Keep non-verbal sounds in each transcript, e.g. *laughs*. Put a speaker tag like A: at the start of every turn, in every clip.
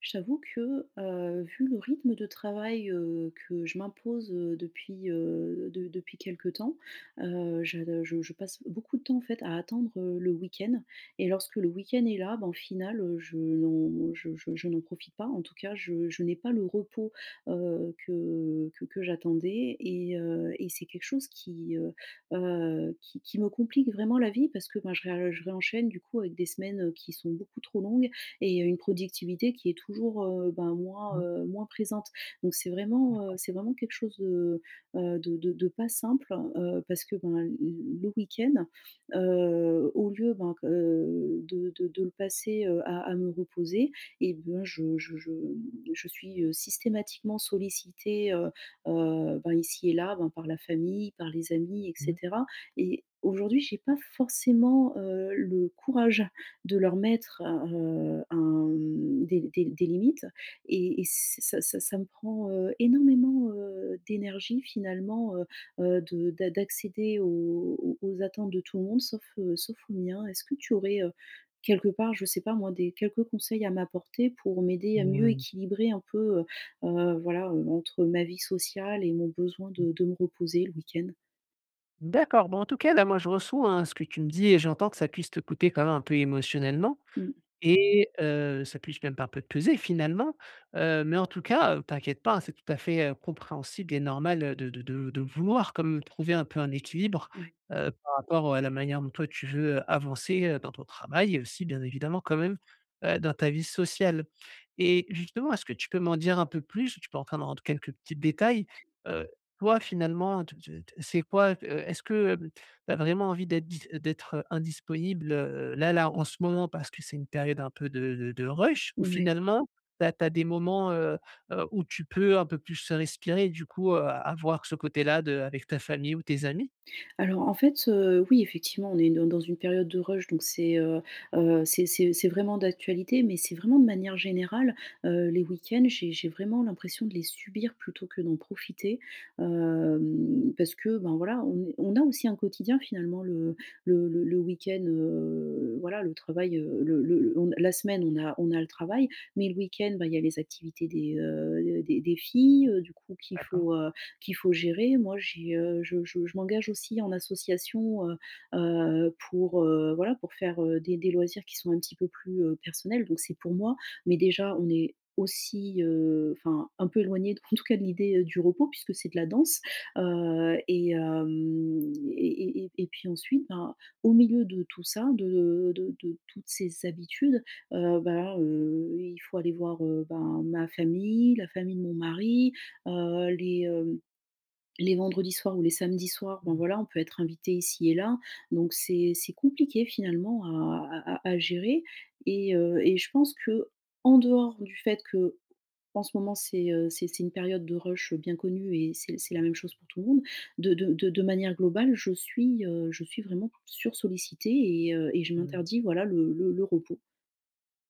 A: Je t'avoue que, vu le rythme de travail, que je m'impose, depuis quelque temps, je passe beaucoup de temps, en fait, à attendre, le week-end et lorsque le week-end est là, ben, au final, je n'en profite pas. En tout cas, je n'ai pas le repos, que j'attendais et c'est quelque chose qui me complique vraiment la vie parce que, ben, je réenchaîne, du coup, avec des semaines qui sont beaucoup trop longues et une productivité qui est toujours, ben, moins,
B: Mmh.
A: moins présente. Donc
B: D'accord.
A: c'est vraiment quelque chose de pas simple, parce que, ben, le week-end, au lieu, ben, q de le passer, à me reposer et ben, je suis, systématiquement sollicitée, ben, ici et là, ben, par la famille, par les amis et
B: Mmh.
A: cetera, et aujourd'hui, j'ai pas forcément, le courage de leur mettre, un des limites et ç ça ça ça me prend, énormément, d'énergie finalement, de d'a d'accéder aux attentes de tout le monde sauf, sauf aux miens. Est-ce que tu aurais, quelque part, je sais pas moi, des quelques conseils à m'apporter pour m'aider à
B: Mmh.
A: mieux
B: Mmh.
A: équilibrer un peu, voilà, entre ma vie sociale et mon besoin
B: mmh.
A: de me reposer le week-end?
B: D'accord, bon, en tout cas, là, moi, je reçois, hein, ce que tu me dis et j'entends que ça puisse te coûter quand même un peu émotionnellement
A: Mmh,
B: et ça puisse même un peu te peser finalement, mais en tout cas, t'inquiète pas, hein, c'est tout à fait, compréhensible et normal, de vouloir comme trouver un peu un équilibre,
A: ouais,
B: par rapport à la manière dont toi tu veux, avancer, dans ton travail et aussi bien évidemment quand même, dans ta vie sociale. Et justement, est-ce que tu peux m'en dire un peu plus? Tu peux entrer dans quelques petits détails. Heu, toi, finalement, te te te c'est quoi, est-ce que, tu as vraiment envie d'être dis d'être, indisponible, là, en ce moment, parce que c'est une période un peu de rush? Ou
A: ouais.
B: finalement, tu as des moments, où tu peux un peu plus respirer et du coup, avoir ce côté-là de avec ta famille ou tes amis?
A: Alors en fait, oui, effectivement, on est dans une période de rush, donc c'est, c'est vraiment d'actualité, mais c'est vraiment de manière générale, les week-ends, j'ai vraiment l'impression de les subir plutôt que d'en profiter. Hem, parce que, ben, voilà, on a aussi un quotidien finalement le week-end, voilà, le travail, le on la semaine, on a le travail, mais le week-end, bah, il y a les activités des, des filles, du coup
B: D'accord.
A: qu'il faut gérer. Moi, j'ai, je m'engage aussi en association, pour, voilà, pour faire, des loisirs qui sont un petit peu plus, personnels. Donc c'est pour moi, mais déjà, on est aussi, enfin, un peu éloigné, *laughs* en tout cas, de l'idée, du repos puisque c'est de la danse, et hem et puis ensuite, ben, au milieu de tout ça, de toutes ces habitudes, il faut aller voir, ben, ma famille, la famille de mon mari, heu, les, hem les vendredis soirs ou les samedis soirs, ben voilà, on peut être invité ici et là, donc c'est compliqué finalement à gérer et je pense que, en dehors du fait que en ce moment c'est, c'est une période de rush, bien connue, et c'est la même chose pour tout le monde, de manière globale. Je suis, je suis vraiment sursollicitée et je
B: Hmm.
A: m'interdis, voilà, le repos.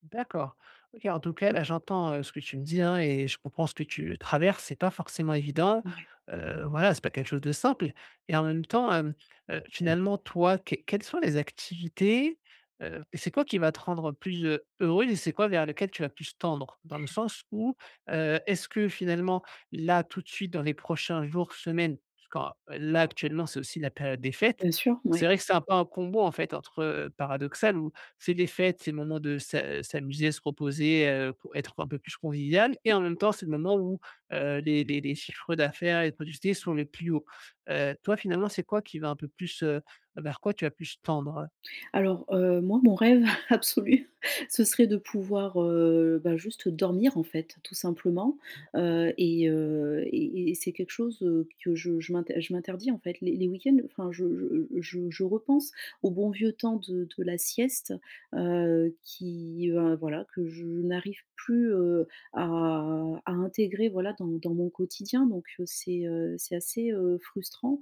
B: D'accord. OK, en tout cas, là, j'entends, ce que tu me dis, hein, et je comprends ce que tu traverses. C'est pas forcément évident.
A: Ouais,
B: Voilà, c'est pas quelque chose de simple et en même temps, finalement, toi, quelles sont les activités, c'est quoi qui va te rendre plus, heureuse et c'est quoi vers lequel tu vas plus tendre? Dans le sens où, est-ce que finalement, là, tout de suite, dans les prochains jours, semaines, parce quand là, actuellement, c'est aussi la période des fêtes,
A: bien sûr,
B: donc c'est
A: ouais.
B: vrai que c'est un peu un combo, en fait, entre, paradoxal où c'est les fêtes, c'est le moment de s'amuser, se reposer, pour être un peu plus convivial et en même temps, c'est le moment où, les chiffres d'affaires et les productivité sont les plus hauts. Toi, finalement, c'est quoi qui va un peu plus, vers quoi tu vas plus tendre?
A: Alors, moi, mon rêve *laughs* absolu, ce serait de pouvoir, bah, juste dormir, en fait, tout simplement, et c'est quelque chose, que je m'interdis, en fait. Les week-ends, enfin, je repense au bon vieux temps de la sieste, voilà, que je n'arrive plus, à intégrer, voilà, dans mon quotidien, donc c'est assez, frustrant.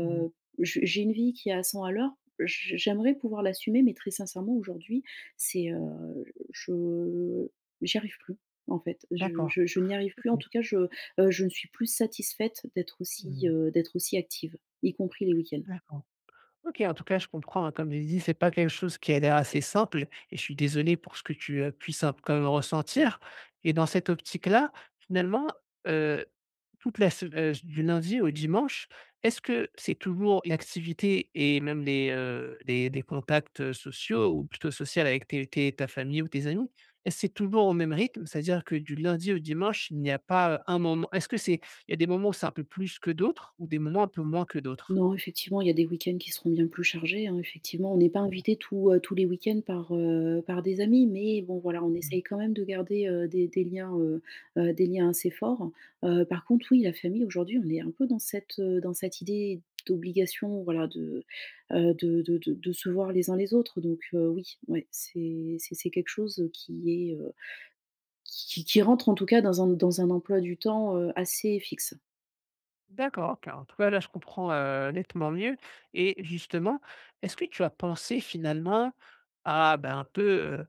B: Mmh.
A: je j'ai une vie qui est à 100 à l'heure. J j'aimerais pouvoir l'assumer, mais très sincèrement aujourd'hui, c'est, je j'y arrive plus, en fait. Je
B: D'accord,
A: je je n'y arrive plus. En
B: OK.
A: tout cas, je ne suis plus satisfaite
B: Mmh.
A: d'être aussi active, y compris les week-ends.
B: D'accord. OK, en tout cas, je comprends, hein, comme j'ai dit, c'est pas quelque chose qui a l'air assez simple et je suis désolé pour ce que tu, puisses un quand même ressentir et dans cette optique-là, finalement, heu toute la se du lundi au dimanche, est-ce que c'est toujours une activité et même des contacts, sociaux ou plutôt social avec tes tes ta famille ou tes amis? Est-ce que c'est toujours au même rythme? C'est-à-dire que du lundi au dimanche, il n'y a pas, un moment est-ce que c'est il y a des moments où c'est un peu plus que d'autres ou des moments un peu moins que d'autres?
A: Non, effectivement, il y a des week-ends qui seront bien plus chargés, hein. Effectivement, on n'est pas invité tous, tous les week-ends par, par des amis, mais bon, voilà, on
B: Mmh.
A: essaye quand même de garder, des liens assez forts. Par contre, oui, la famille, aujourd'hui, on est un peu dans cette idée d'obligation, voilà, de, de de se voir les uns les autres. Donc, oui, ouais, c'est quelque chose, qui qui rentre en tout cas dans un emploi du temps, assez fixe.
B: D'accord, OK. En tout cas, là, je comprends, nettement mieux et justement, est-ce que tu as pensé finalement à, ben, un peu, heu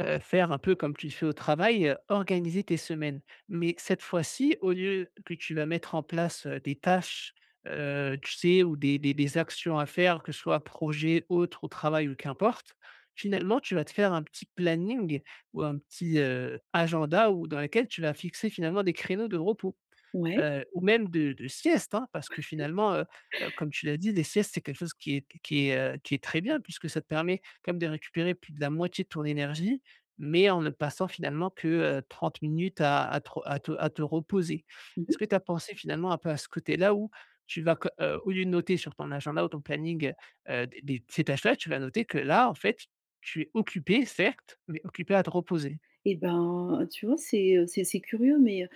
B: faire un peu comme tu fais au travail, organiser tes semaines? Mais cette fois-ci, au lieu que tu vas mettre en place, des tâches, tu sais, ou des actions à faire, que ce soit projet, autre, au travail ou qu'importe, finalement, tu vas te faire un petit planning ou un petit, agenda où dans lequel tu vas fixer finalement des créneaux de repos
A: Ouais.
B: ou même de sieste, hein, parce que finalement, comme tu l'as dit, les siestes, c'est quelque chose qui est très bien puisque ça te permet comme de récupérer plus de la moitié de ton énergie, mais en ne passant finalement que, 30 minutes à tro à te reposer.
A: Mmh.
B: Est-ce que tu as pensé finalement un peu à ce côté-là où tu vas co au lieu de noter sur ton agenda ou ton planning, des ces tâches-là, tu vas noter que là, en fait, tu es occupé certes, mais occupé à te reposer?
A: Et ben, tu vois, c'est, c'est curieux, mais,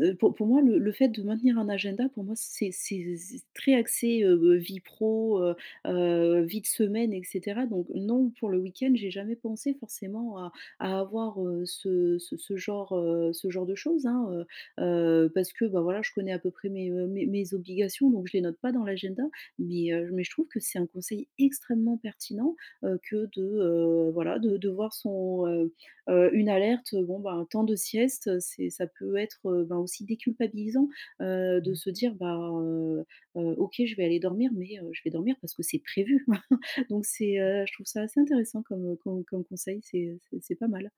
A: pour moi, le fait de maintenir un agenda, pour moi, c'est z très axé, vie pro, vie de semaine et cetera. Donc non, pour le week-end, j'ai jamais pensé forcément à avoir, ce genre de choses, hein, parce que, bah, voilà, je connais à peu près mes, mes obligations, donc je les note pas dans l'agenda. Mais je trouve que c'est un conseil extrêmement pertinent, que de, voilà, de voir son, une alerte, bon, ben, temps de sieste, c'est ça peut être, ben, aussi déculpabilisant, de
B: Mmh.
A: se dire: bah OK, je vais aller dormir, mais je vais dormir parce que c'est prévu». *laughs* Donc c'est, je trouve ça assez intéressant comme, comme conseil, c'est, c'est pas mal.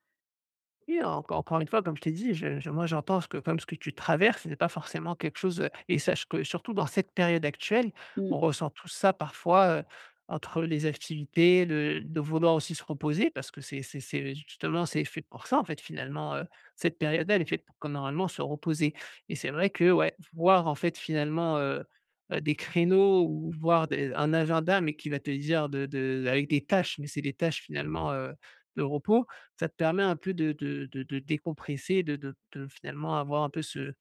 B: Oui, encore une fois, comme je t'ai dit, je moi, j'entends ce que comme ce que tu traverses, ce n'est pas forcément quelque chose, et sache que surtout dans cette période actuelle,
A: Mmh.
B: on ressent tout ça parfois, entre les activités, le de vouloir aussi se reposer parce que c'est justement, c'est fait pour ça, en fait, finalement, cette période-là, elle est faite pour qu'on normalement se reposer et c'est vrai que, ouais, voir en fait finalement, des créneaux ou voir des un agenda mais qui va te dire de avec des tâches, mais c'est des tâches finalement, de repos ça te permet un peu de décompresser, de finalement avoir un peu ce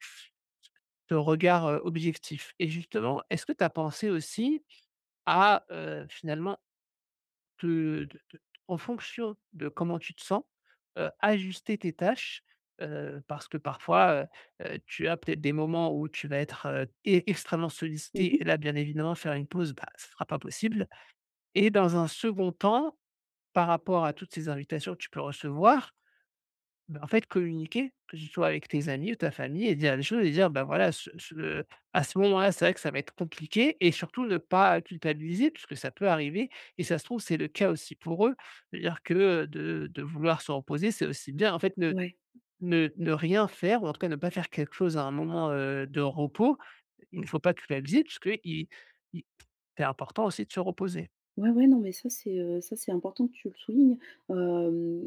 B: ce regard, objectif et justement, est-ce que tu as pensé aussi à, finalement te te te en fonction de comment tu te sens, ajuster tes tâches? Parce que parfois, tu as peut-être des moments où tu vas être, e extrêmement sollicité et
A: Mmh.
B: là, bien évidemment, faire une pause, bah, ce ne sera pas possible et dans un second temps, par rapport à toutes ces invitations que tu peux recevoir, bah, en fait, communiquer, que ce soit avec tes amis ou ta famille et dire les choses et dire: ben voilà, ce ce à ce moment-là, c'est vrai que ça va être compliqué» et surtout ne pas culpabiliser puisque ça peut arriver et ça se trouve, c'est le cas aussi pour eux. C'est-à-dire que, de vouloir se reposer, c'est aussi bien en fait, ne
A: Ouais.
B: ne ne rien faire ou en tout cas ne pas faire quelque chose à un moment, de repos. Il ne faut pas culpabiliser puisque i i c'est important aussi de se reposer.
A: Ouais, ouais, non, mais ça, c'est important que tu le soulignes. Hem,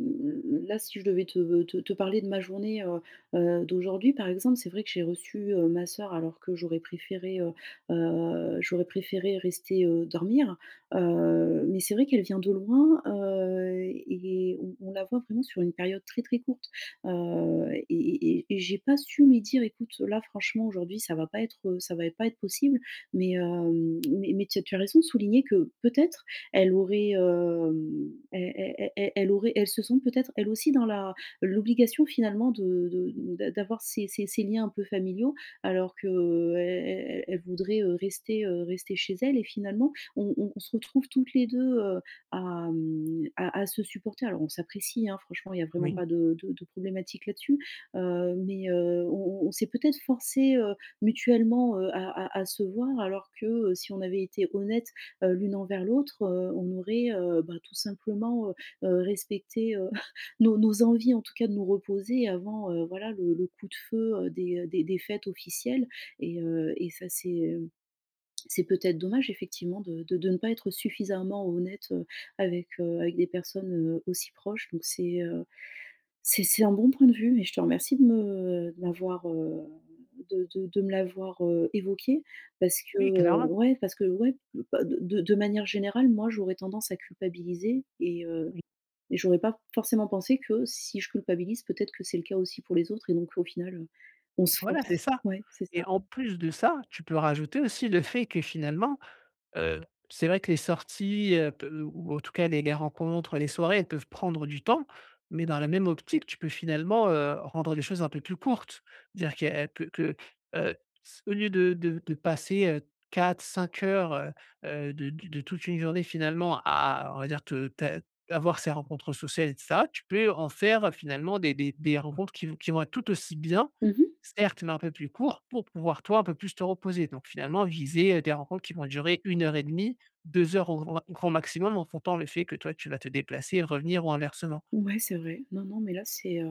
A: là, si je devais te parler de ma journée, d'aujourd'hui, par exemple, c'est vrai que j'ai reçu, ma sœur alors que j'aurais préféré rester, dormir. Mais c'est vrai qu'elle vient de loin, et on la voit vraiment sur une période très, très courte. Et j'ai pas su lui dire: «Écoute, là, franchement, aujourd'hui, ça va pas être, ça va pas être possible». Mais, hem, mais tu as raison de souligner que peut-être elle aurait, hem, elle elle elle elle aurait elle se sent peut-être elle aussi dans la l'obligation finalement de d'a d'avoir ces ces liens un peu familiaux alors que, elle voudrait, rester, rester chez elle, et finalement on se retrouve toutes les deux, à se supporter. Alors on s'apprécie, hein, franchement, il y a
B: Mmh.
A: vraiment
B: Oui,
A: pas de problématique là-dessus, mais, on s'est peut-être forcé mutuellement, à se voir alors que, si on avait été honnête l'une envers l'autre, on aurait, bah, tout simplement, respecté, *laughs* nos nos envies, en tout cas de nous reposer avant, voilà, le coup de feu, des fêtes officielles et ça c'est peut-être dommage effectivement de ne pas être suffisamment honnête, avec, avec des personnes, aussi proches, donc c'est un bon point de vue, et je te remercie de me de m'avoir, de me l'avoir, évoqué, parce que,
B: oui, clairement.
A: ouais, bah, de manière générale, moi, j'aurais tendance à culpabiliser,
B: Oui,
A: et j'aurais pas forcément pensé que si je culpabilise, peut-être que c'est le cas aussi pour les autres, et donc au final, on se
B: voilà, c'est
A: force.
B: ça
A: Ouais, c'est
B: et
A: ça.
B: en plus de ça, tu peux rajouter aussi le fait que finalement, heu, c'est vrai que les sorties, peu ou en tout cas les rencontres, les soirées, elles peuvent prendre du temps, mais dans la même optique, tu peux finalement, rendre les choses un peu plus courtes. Dire que, heu, s au lieu de passer, 4-5 heures, de toute une journée finalement à on va dire te ta avoir ces rencontres sociales et cetera, tu peux en faire finalement des rencontres qui vont être tout aussi bien
A: Mmh mh.
B: certes, mais un peu plus court pour pouvoir, toi, un peu plus te reposer. Donc finalement, viser, des rencontres qui vont durer 1 heure et demie, 2 heures au grand grand maximum en comptant le fait que toi, tu vas te déplacer, revenir ou inversement.
A: Ouais, c'est vrai. Non, non, mais là, c'est,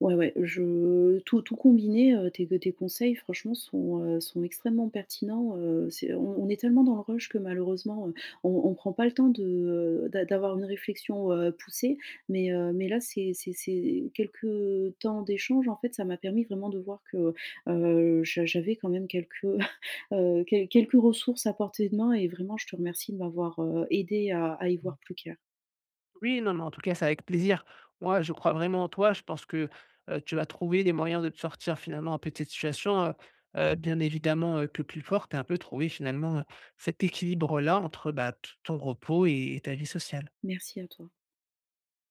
A: ouais, ouais, je tout tout combiné, tes conseils franchement sont, sont extrêmement pertinents, c'est, on est tellement dans le rush que malheureusement, on prend pas le temps de, d'avoir une réflexion, poussée. Mais là, c'est c'est quelques temps d'échange, en fait, ça m'a permis vraiment de voir que, j'avais quand même quelques, *laughs* quelques ressources à portée de main et vraiment je te remercie de m'avoir, aidée à y voir plus clair.
B: Oui, non, mais en tout cas, c'est avec plaisir. Moi, je crois vraiment en toi. Je pense que, tu vas trouver des moyens de te sortir finalement un peu de cette situation, bien évidemment, que plus fort, tu as un peu trouvé finalement, cet équilibre-là entre, bah, t ton repos et ta vie sociale.
A: Merci à toi.